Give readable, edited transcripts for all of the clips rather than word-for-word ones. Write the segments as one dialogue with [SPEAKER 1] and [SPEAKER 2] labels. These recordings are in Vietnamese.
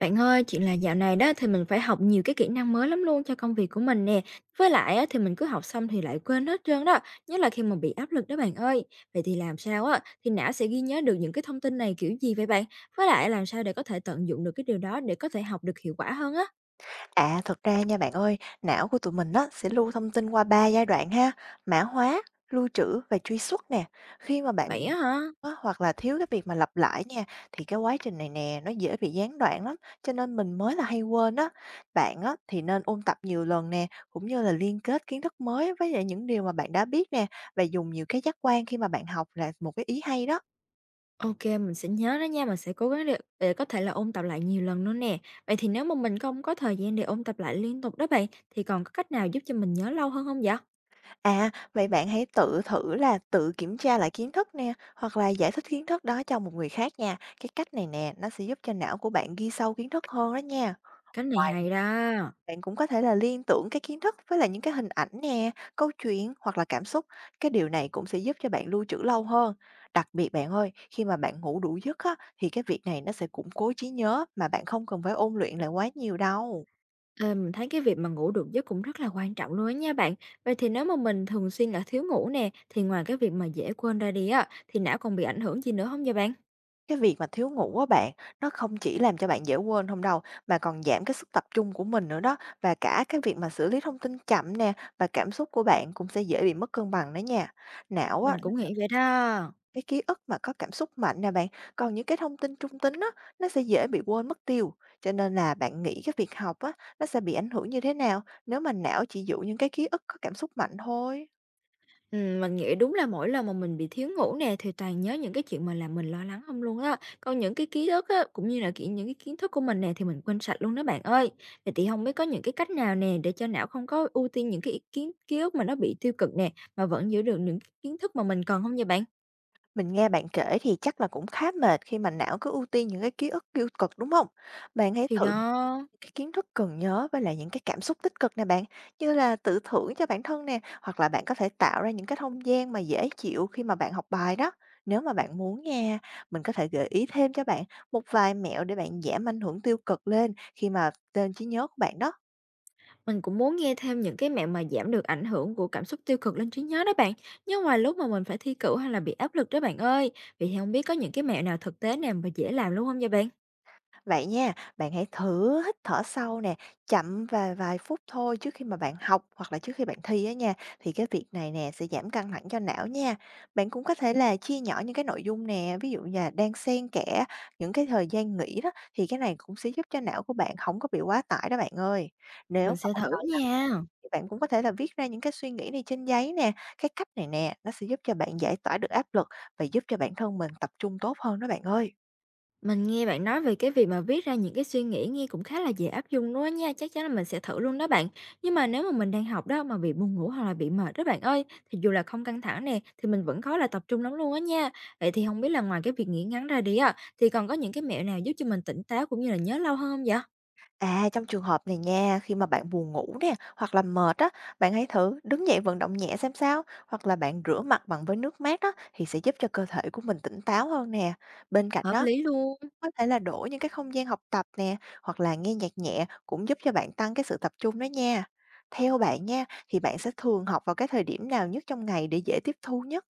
[SPEAKER 1] Bạn ơi, chuyện là dạo này đó thì mình phải học nhiều cái kỹ năng mới lắm luôn cho công việc của mình nè. Với lại á, thì mình cứ học xong thì lại quên hết trơn đó, nhất là khi mà bị áp lực đó bạn ơi. Vậy thì làm sao á, thì não sẽ ghi nhớ được những cái thông tin này kiểu gì vậy bạn? Với lại làm sao để có thể tận dụng được cái điều đó để có thể học được hiệu quả hơn á?
[SPEAKER 2] À, thật ra nha bạn ơi, não của tụi mình á sẽ lưu thông tin qua ba giai đoạn ha, mã hóa, lưu trữ và truy xuất nè. Khi mà bạn bị
[SPEAKER 1] Vậy á hả?
[SPEAKER 2] á, hoặc là thiếu cái việc mà lặp lại nha thì cái quá trình này nè nó dễ bị gián đoạn lắm, cho nên mình mới là hay quên á. Bạn á thì nên ôn tập nhiều lần nè, cũng như là liên kết kiến thức mới với lại những điều mà bạn đã biết nè, và dùng nhiều cái giác quan khi mà bạn học là một cái ý hay đó.
[SPEAKER 1] Ok, mình sẽ nhớ đó nha, mình sẽ cố gắng để có thể là ôn tập lại nhiều lần nữa nè. Vậy thì nếu mà mình không có thời gian để ôn tập lại liên tục đó bạn, thì còn có cách nào giúp cho mình nhớ lâu hơn không vậy?
[SPEAKER 2] À, vậy bạn hãy tự thử là tự kiểm tra lại kiến thức nè, hoặc là giải thích kiến thức đó cho một người khác nha. Cái cách này nè, nó sẽ giúp cho não của bạn ghi sâu kiến thức hơn đó nha.
[SPEAKER 1] Cách này
[SPEAKER 2] Ngoài
[SPEAKER 1] hay đó.
[SPEAKER 2] bạn cũng có thể là liên tưởng cái kiến thức với lại những cái hình ảnh nè, câu chuyện hoặc là cảm xúc. Cái điều này cũng sẽ giúp cho bạn lưu trữ lâu hơn. Đặc biệt bạn ơi, khi mà bạn ngủ đủ giấc á, thì cái việc này nó sẽ củng cố trí nhớ mà bạn không cần phải ôn luyện lại quá nhiều đâu.
[SPEAKER 1] Ờ, mình thấy cái việc mà ngủ được giấc cũng rất là quan trọng luôn á nha bạn. Vậy thì nếu mà mình thường xuyên là thiếu ngủ nè, thì ngoài cái việc mà dễ quên ra đi á, thì não còn bị ảnh hưởng gì nữa không vậy bạn?
[SPEAKER 2] Cái việc mà thiếu ngủ á bạn, nó không chỉ làm cho bạn dễ quên không đâu, mà còn giảm cái sức tập trung của mình nữa đó, và cả cái việc mà xử lý thông tin chậm nè, và cảm xúc của bạn cũng sẽ dễ bị mất cân bằng đó nha. Não á,
[SPEAKER 1] Mình
[SPEAKER 2] nó
[SPEAKER 1] cũng
[SPEAKER 2] sẽ
[SPEAKER 1] nghĩ vậy đó.
[SPEAKER 2] cái ký ức mà có cảm xúc mạnh nè bạn, còn những cái thông tin trung tính á, nó sẽ dễ bị quên mất tiêu. Cho nên là bạn nghĩ cái việc học á, nó sẽ bị ảnh hưởng như thế nào nếu mà não chỉ giữ những cái ký ức có cảm xúc mạnh thôi?
[SPEAKER 1] Ừ, mình nghĩ đúng là mỗi lần mà mình bị thiếu ngủ nè thì toàn nhớ những cái chuyện mà làm mình lo lắng không luôn á. Còn những cái ký ức á, cũng như là những cái kiến thức của mình nè thì mình quên sạch luôn đó bạn ơi. Vậy thì không biết có những cái cách nào nè để cho não không có ưu tiên những cái ý kiến ký ức mà nó bị tiêu cực nè mà vẫn giữ được những kiến thức mà mình cần không vậy bạn?
[SPEAKER 2] Mình nghe bạn kể thì chắc là cũng khá mệt khi mà não cứ ưu tiên những cái ký ức tiêu cực, đúng không? Bạn hãy
[SPEAKER 1] Thì
[SPEAKER 2] thử
[SPEAKER 1] đó.
[SPEAKER 2] cái kiến thức cần nhớ với lại những cái cảm xúc tích cực nè bạn, như là tự thưởng cho bản thân nè, hoặc là bạn có thể tạo ra những cái không gian mà dễ chịu khi mà bạn học bài đó. Nếu mà bạn muốn nha, mình có thể gợi ý thêm cho bạn một vài mẹo để bạn giảm ảnh hưởng tiêu cực lên khi mà tên trí nhớ của bạn đó.
[SPEAKER 1] Mình cũng muốn nghe thêm những cái mẹo mà giảm được ảnh hưởng của cảm xúc tiêu cực lên trí nhớ đó bạn. Nhưng ngoài lúc mà mình phải thi cử hay là bị áp lực đó bạn ơi. Vậy thì không biết có những cái mẹo nào thực tế nào mà dễ làm luôn không vậy bạn?
[SPEAKER 2] Vậy nha, bạn hãy thử hít thở sâu nè, chậm và vài phút thôi trước khi mà bạn học hoặc là trước khi bạn thi á nha. Thì cái việc này nè sẽ giảm căng thẳng cho não nha. Bạn cũng có thể là chia nhỏ những cái nội dung nè, ví dụ như là đang xen kẽ những cái thời gian nghỉ đó, thì cái này cũng sẽ giúp cho não của bạn không có bị quá tải đó bạn ơi. Nếu
[SPEAKER 1] Mình
[SPEAKER 2] mà
[SPEAKER 1] sẽ
[SPEAKER 2] bạn
[SPEAKER 1] thử
[SPEAKER 2] đòi làm
[SPEAKER 1] nha.
[SPEAKER 2] thì bạn cũng có thể là viết ra những cái suy nghĩ này trên giấy nè. Cái cách này nè, nó sẽ giúp cho bạn giải tỏa được áp lực và giúp cho bản thân mình tập trung tốt hơn đó bạn ơi.
[SPEAKER 1] Mình nghe bạn nói về cái việc mà viết ra những cái suy nghĩ nghe cũng khá là dễ áp dụng luôn á nha. Chắc chắn là mình sẽ thử luôn đó bạn. Nhưng mà nếu mà mình đang học đó mà bị buồn ngủ hoặc là bị mệt đó bạn ơi, thì dù là không căng thẳng nè, thì mình vẫn khó là tập trung lắm luôn á nha. Vậy thì không biết là ngoài cái việc nghỉ ngắn ra đi á, thì còn có những cái mẹo nào giúp cho mình tỉnh táo cũng như là nhớ lâu hơn không vậy?
[SPEAKER 2] À, trong trường hợp này nha, khi mà bạn buồn ngủ nè, hoặc là mệt á, bạn hãy thử đứng dậy vận động nhẹ xem sao, hoặc là bạn rửa mặt bằng với nước mát á, thì sẽ giúp cho cơ thể của mình tỉnh táo hơn nè. Bên cạnh
[SPEAKER 1] Hợp
[SPEAKER 2] đó,
[SPEAKER 1] lý luôn.
[SPEAKER 2] có thể là đổi những cái không gian học tập nè, hoặc là nghe nhạc nhẹ cũng giúp cho bạn tăng cái sự tập trung đó nha. Theo bạn nha, thì bạn sẽ thường học vào cái thời điểm nào nhất trong ngày để dễ tiếp thu nhất?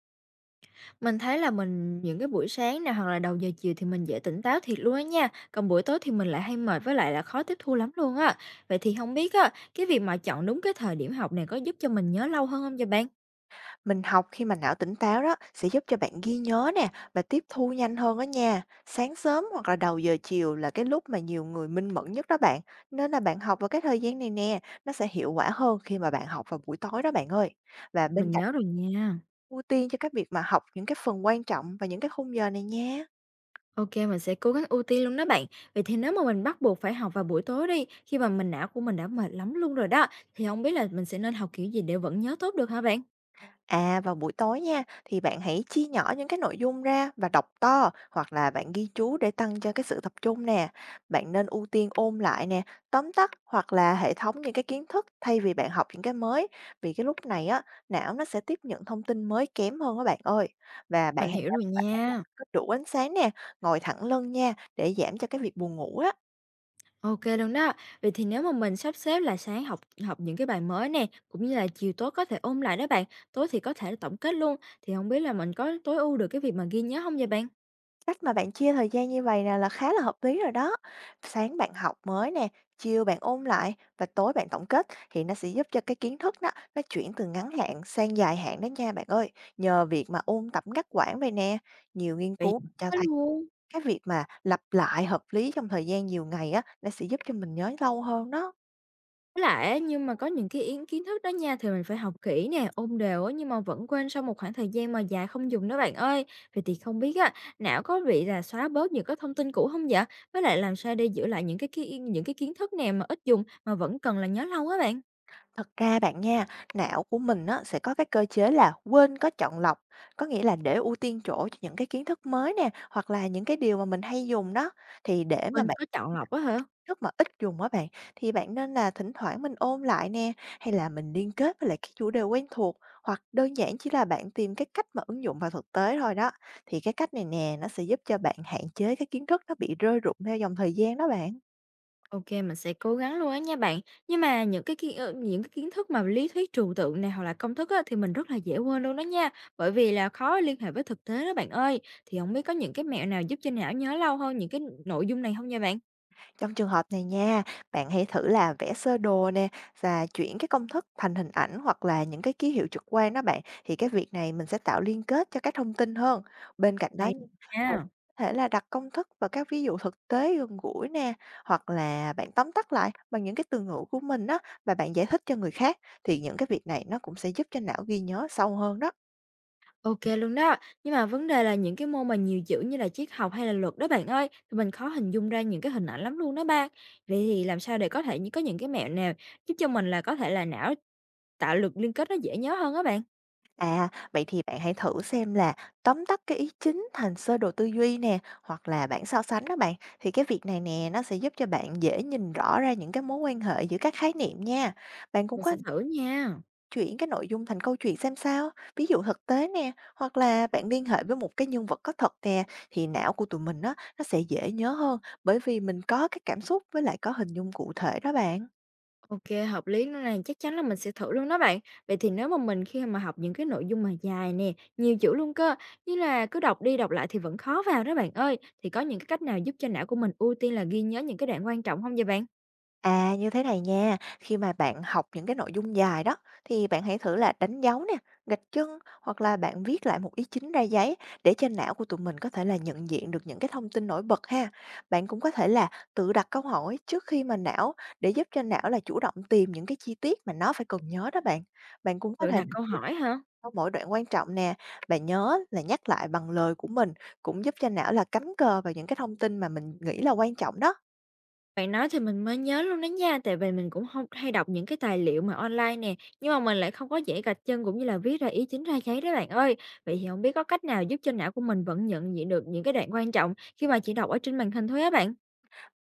[SPEAKER 1] Mình thấy là mình những cái buổi sáng nè, hoặc là đầu giờ chiều thì mình dễ tỉnh táo thiệt luôn á nha, còn buổi tối thì mình lại hay mệt với lại là khó tiếp thu lắm luôn á. Vậy thì không biết á, cái việc mà chọn đúng cái thời điểm học này có giúp cho mình nhớ lâu hơn không vậy bạn?
[SPEAKER 2] Mình học khi mà não tỉnh táo đó sẽ giúp cho bạn ghi nhớ nè và tiếp thu nhanh hơn đó nha. Sáng sớm hoặc là đầu giờ chiều là cái lúc mà nhiều người minh mẫn nhất đó bạn. Nên là bạn học vào cái thời gian này nè, nó sẽ hiệu quả hơn khi mà bạn học vào buổi tối đó bạn ơi. Và bên
[SPEAKER 1] Mình
[SPEAKER 2] cạnh
[SPEAKER 1] nhớ rồi nha.
[SPEAKER 2] ưu tiên cho các việc mà học những cái phần quan trọng và những cái khung giờ này nha.
[SPEAKER 1] OK, mình sẽ cố gắng ưu tiên luôn đó bạn. Vậy thì nếu mà mình bắt buộc phải học vào buổi tối đi, khi mà não của mình đã mệt lắm luôn rồi đó, thì không biết là mình sẽ nên học kiểu gì để vẫn nhớ tốt được hả bạn?
[SPEAKER 2] À, vào buổi tối nha, thì bạn hãy chia nhỏ những cái nội dung ra và đọc to hoặc là bạn ghi chú để tăng cho cái sự tập trung nè. Bạn nên ưu tiên ôn lại nè, tóm tắt hoặc là hệ thống những cái kiến thức thay vì bạn học những cái mới. Vì cái lúc này á, não nó sẽ tiếp nhận thông tin mới kém hơn các bạn ơi. Và bạn
[SPEAKER 1] Mình
[SPEAKER 2] hãy
[SPEAKER 1] hiểu
[SPEAKER 2] đảm
[SPEAKER 1] rồi
[SPEAKER 2] bảo là
[SPEAKER 1] nha.
[SPEAKER 2] có đủ ánh sáng nè, ngồi thẳng lưng nha để giảm cho cái việc buồn ngủ á.
[SPEAKER 1] OK luôn đó. Vậy thì nếu mà mình sắp xếp là sáng học học những cái bài mới nè, cũng như là chiều tối có thể ôn lại đó bạn, tối thì có thể là tổng kết luôn, thì không biết là mình có tối ưu được cái việc mà ghi nhớ không vậy bạn?
[SPEAKER 2] Cách mà bạn chia thời gian như vậy nè là khá là hợp lý rồi đó. Sáng bạn học mới nè, chiều bạn ôn lại và tối bạn tổng kết thì nó sẽ giúp cho cái kiến thức đó nó chuyển từ ngắn hạn sang dài hạn đó nha bạn ơi. Nhờ việc mà ôn tập ngắt quãng vậy nè, nhiều nghiên
[SPEAKER 1] Vậy
[SPEAKER 2] cứu cho
[SPEAKER 1] Có
[SPEAKER 2] thấy
[SPEAKER 1] luôn.
[SPEAKER 2] cái việc mà lặp lại hợp lý trong thời gian nhiều ngày á, nó sẽ giúp cho mình nhớ lâu hơn đó.
[SPEAKER 1] Với lại á, nhưng mà có những cái yến kiến thức đó nha, thì mình phải học kỹ nè, ôn đều á, nhưng mà vẫn quên sau một khoảng thời gian mà dài không dùng đó bạn ơi. Vậy thì không biết á, não có bị là xóa bớt những cái thông tin cũ không vậy? Với lại làm sao để giữ lại những cái kiến thức nè mà ít dùng mà vẫn cần là nhớ lâu á bạn?
[SPEAKER 2] Thật ra bạn nha, não của mình á, sẽ có cái cơ chế là quên có chọn lọc, có nghĩa là để ưu tiên chỗ cho những cái kiến thức mới nè, hoặc là những cái điều mà mình hay dùng đó. Thì để mà
[SPEAKER 1] Quên
[SPEAKER 2] bạn
[SPEAKER 1] có chọn lọc á hả?
[SPEAKER 2] rất mà ít dùng á bạn, thì bạn nên là thỉnh thoảng mình ôn lại nè, hay là mình liên kết với lại cái chủ đề quen thuộc, hoặc đơn giản chỉ là bạn tìm cái cách mà ứng dụng vào thực tế thôi đó. Thì cái cách này nè, nó sẽ giúp cho bạn hạn chế cái kiến thức nó bị rơi rụng theo dòng thời gian đó bạn.
[SPEAKER 1] OK, mình sẽ cố gắng luôn á nha bạn. Nhưng mà những cái kiến thức mà lý thuyết trừu tượng này hoặc là công thức á, thì mình rất là dễ quên luôn đó nha, bởi vì là khó liên hệ với thực tế đó bạn ơi. Thì không biết có những cái mẹo nào giúp cho não nhớ lâu hơn những cái nội dung này không nha bạn?
[SPEAKER 2] Trong trường hợp này nha, bạn hãy thử là vẽ sơ đồ nè và chuyển cái công thức thành hình ảnh hoặc là những cái ký hiệu trực quan đó bạn. Thì cái việc này mình sẽ tạo liên kết cho các thông tin hơn. Bên cạnh đó,
[SPEAKER 1] Hay
[SPEAKER 2] nha, bạn
[SPEAKER 1] nha.
[SPEAKER 2] có thể là đặt công thức và các ví dụ thực tế gần gũi nè, hoặc là bạn tóm tắt lại bằng những cái từ ngữ của mình đó, và bạn giải thích cho người khác thì những cái việc này nó cũng sẽ giúp cho não ghi nhớ sâu hơn đó.
[SPEAKER 1] OK luôn đó. Nhưng mà vấn đề là những cái môn mà nhiều chữ như là triết học hay là luật đó bạn ơi, thì mình khó hình dung ra những cái hình ảnh lắm luôn đó bạn. Vậy thì làm sao để có thể có những cái mẹo nào giúp cho mình là có thể là não tạo lực liên kết nó dễ nhớ hơn á bạn?
[SPEAKER 2] À, vậy thì bạn hãy thử xem là tóm tắt cái ý chính thành sơ đồ tư duy nè, hoặc là bảng so sánh đó bạn. Thì cái việc này nè, nó sẽ giúp cho bạn dễ nhìn rõ ra những cái mối quan hệ giữa các khái niệm nha. Bạn cũng
[SPEAKER 1] Mình
[SPEAKER 2] có
[SPEAKER 1] sẽ
[SPEAKER 2] thể
[SPEAKER 1] thử nha.
[SPEAKER 2] chuyển cái nội dung thành câu chuyện xem sao, ví dụ thực tế nè, hoặc là bạn liên hệ với một cái nhân vật có thật nè, thì não của tụi mình á, nó sẽ dễ nhớ hơn, bởi vì mình có cái cảm xúc với lại có hình dung cụ thể đó bạn.
[SPEAKER 1] OK, hợp lý nữa này, chắc chắn là mình sẽ thử luôn đó bạn. Vậy thì nếu mà mình khi mà học những cái nội dung mà dài nè, nhiều chữ luôn cơ, như là cứ đọc đi đọc lại thì vẫn khó vào đó bạn ơi, thì có những cái cách nào giúp cho não của mình ưu tiên là ghi nhớ những cái đoạn quan trọng không vậy bạn?
[SPEAKER 2] À, như thế này nha, khi mà bạn học những cái nội dung dài đó thì bạn hãy thử là đánh dấu nè, gạch chân hoặc là bạn viết lại một ý chính ra giấy để cho não của tụi mình có thể là nhận diện được những cái thông tin nổi bật ha. Bạn cũng có thể là tự đặt câu hỏi trước khi mà não, để giúp cho não là chủ động tìm những cái chi tiết mà nó phải cần nhớ đó bạn. Bạn cũng có
[SPEAKER 1] Tự
[SPEAKER 2] thể
[SPEAKER 1] đặt câu hỏi hả?
[SPEAKER 2] sau mỗi đoạn quan trọng nè, bạn nhớ là nhắc lại bằng lời của mình cũng giúp cho não là cắm cờ vào những cái thông tin mà mình nghĩ là quan trọng đó.
[SPEAKER 1] Bạn nói thì mình mới nhớ luôn đó nha, tại vì mình cũng không hay đọc những cái tài liệu mà online nè, nhưng mà mình lại không có dễ gạch chân cũng như là viết ra ý chính ra giấy đó bạn ơi. Vậy thì không biết có cách nào giúp cho não của mình vẫn nhận diện được những cái đoạn quan trọng khi mà chỉ đọc ở trên màn hình thôi á bạn?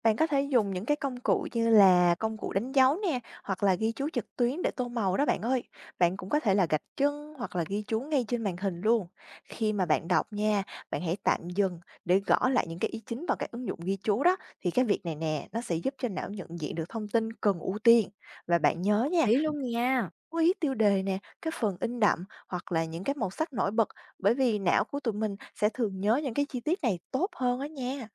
[SPEAKER 2] Bạn có thể dùng những cái công cụ như là công cụ đánh dấu nè, hoặc là ghi chú trực tuyến để tô màu đó bạn ơi. Bạn cũng có thể là gạch chân hoặc là ghi chú ngay trên màn hình luôn. Khi mà bạn đọc nha, bạn hãy tạm dừng để gõ lại những cái ý chính vào cái ứng dụng ghi chú đó. Thì cái việc này nè, nó sẽ giúp cho não nhận diện được thông tin cần ưu tiên. Và bạn nhớ nha,
[SPEAKER 1] Tí luôn nha.
[SPEAKER 2] chú ý tiêu đề nè, cái phần in đậm hoặc là những cái màu sắc nổi bật, bởi vì não của tụi mình sẽ thường nhớ những cái chi tiết này tốt hơn đó nha.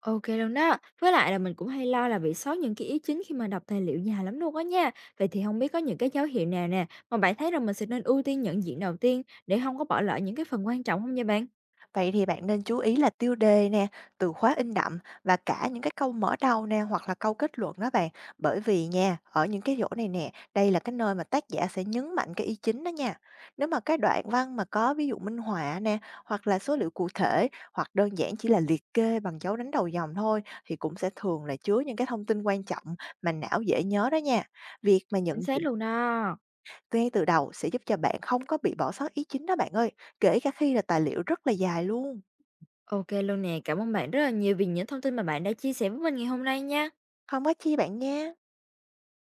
[SPEAKER 1] OK luôn đó. Với lại là mình cũng hay lo là bị sót những cái ý chính khi mà đọc tài liệu nhà lắm luôn á nha. Vậy thì không biết có những cái dấu hiệu nào nè, mà bạn thấy rằng mình sẽ nên ưu tiên nhận diện đầu tiên để không có bỏ lỡ những cái phần quan trọng không nha bạn?
[SPEAKER 2] Vậy thì bạn nên chú ý là tiêu đề nè, từ khóa in đậm và cả những cái câu mở đầu nè hoặc là câu kết luận đó bạn. Bởi vì nha, ở những cái chỗ này nè, đây là cái nơi mà tác giả sẽ nhấn mạnh cái ý chính đó nha. Nếu mà cái đoạn văn mà có ví dụ minh họa nè, hoặc là số liệu cụ thể, hoặc đơn giản chỉ là liệt kê bằng dấu đánh đầu dòng thôi thì cũng sẽ thường là chứa những cái thông tin quan trọng mà não dễ nhớ đó nha. Việc mà nhận
[SPEAKER 1] Chính xác
[SPEAKER 2] diện
[SPEAKER 1] luôn đó.
[SPEAKER 2] ngay từ đầu sẽ giúp cho bạn không có bị bỏ sót ý chính đó bạn ơi, kể cả khi là tài liệu rất là dài luôn.
[SPEAKER 1] OK luôn nè. Cảm ơn bạn rất là nhiều vì những thông tin mà bạn đã chia sẻ với mình ngày hôm nay nha.
[SPEAKER 2] Không có chi bạn nha.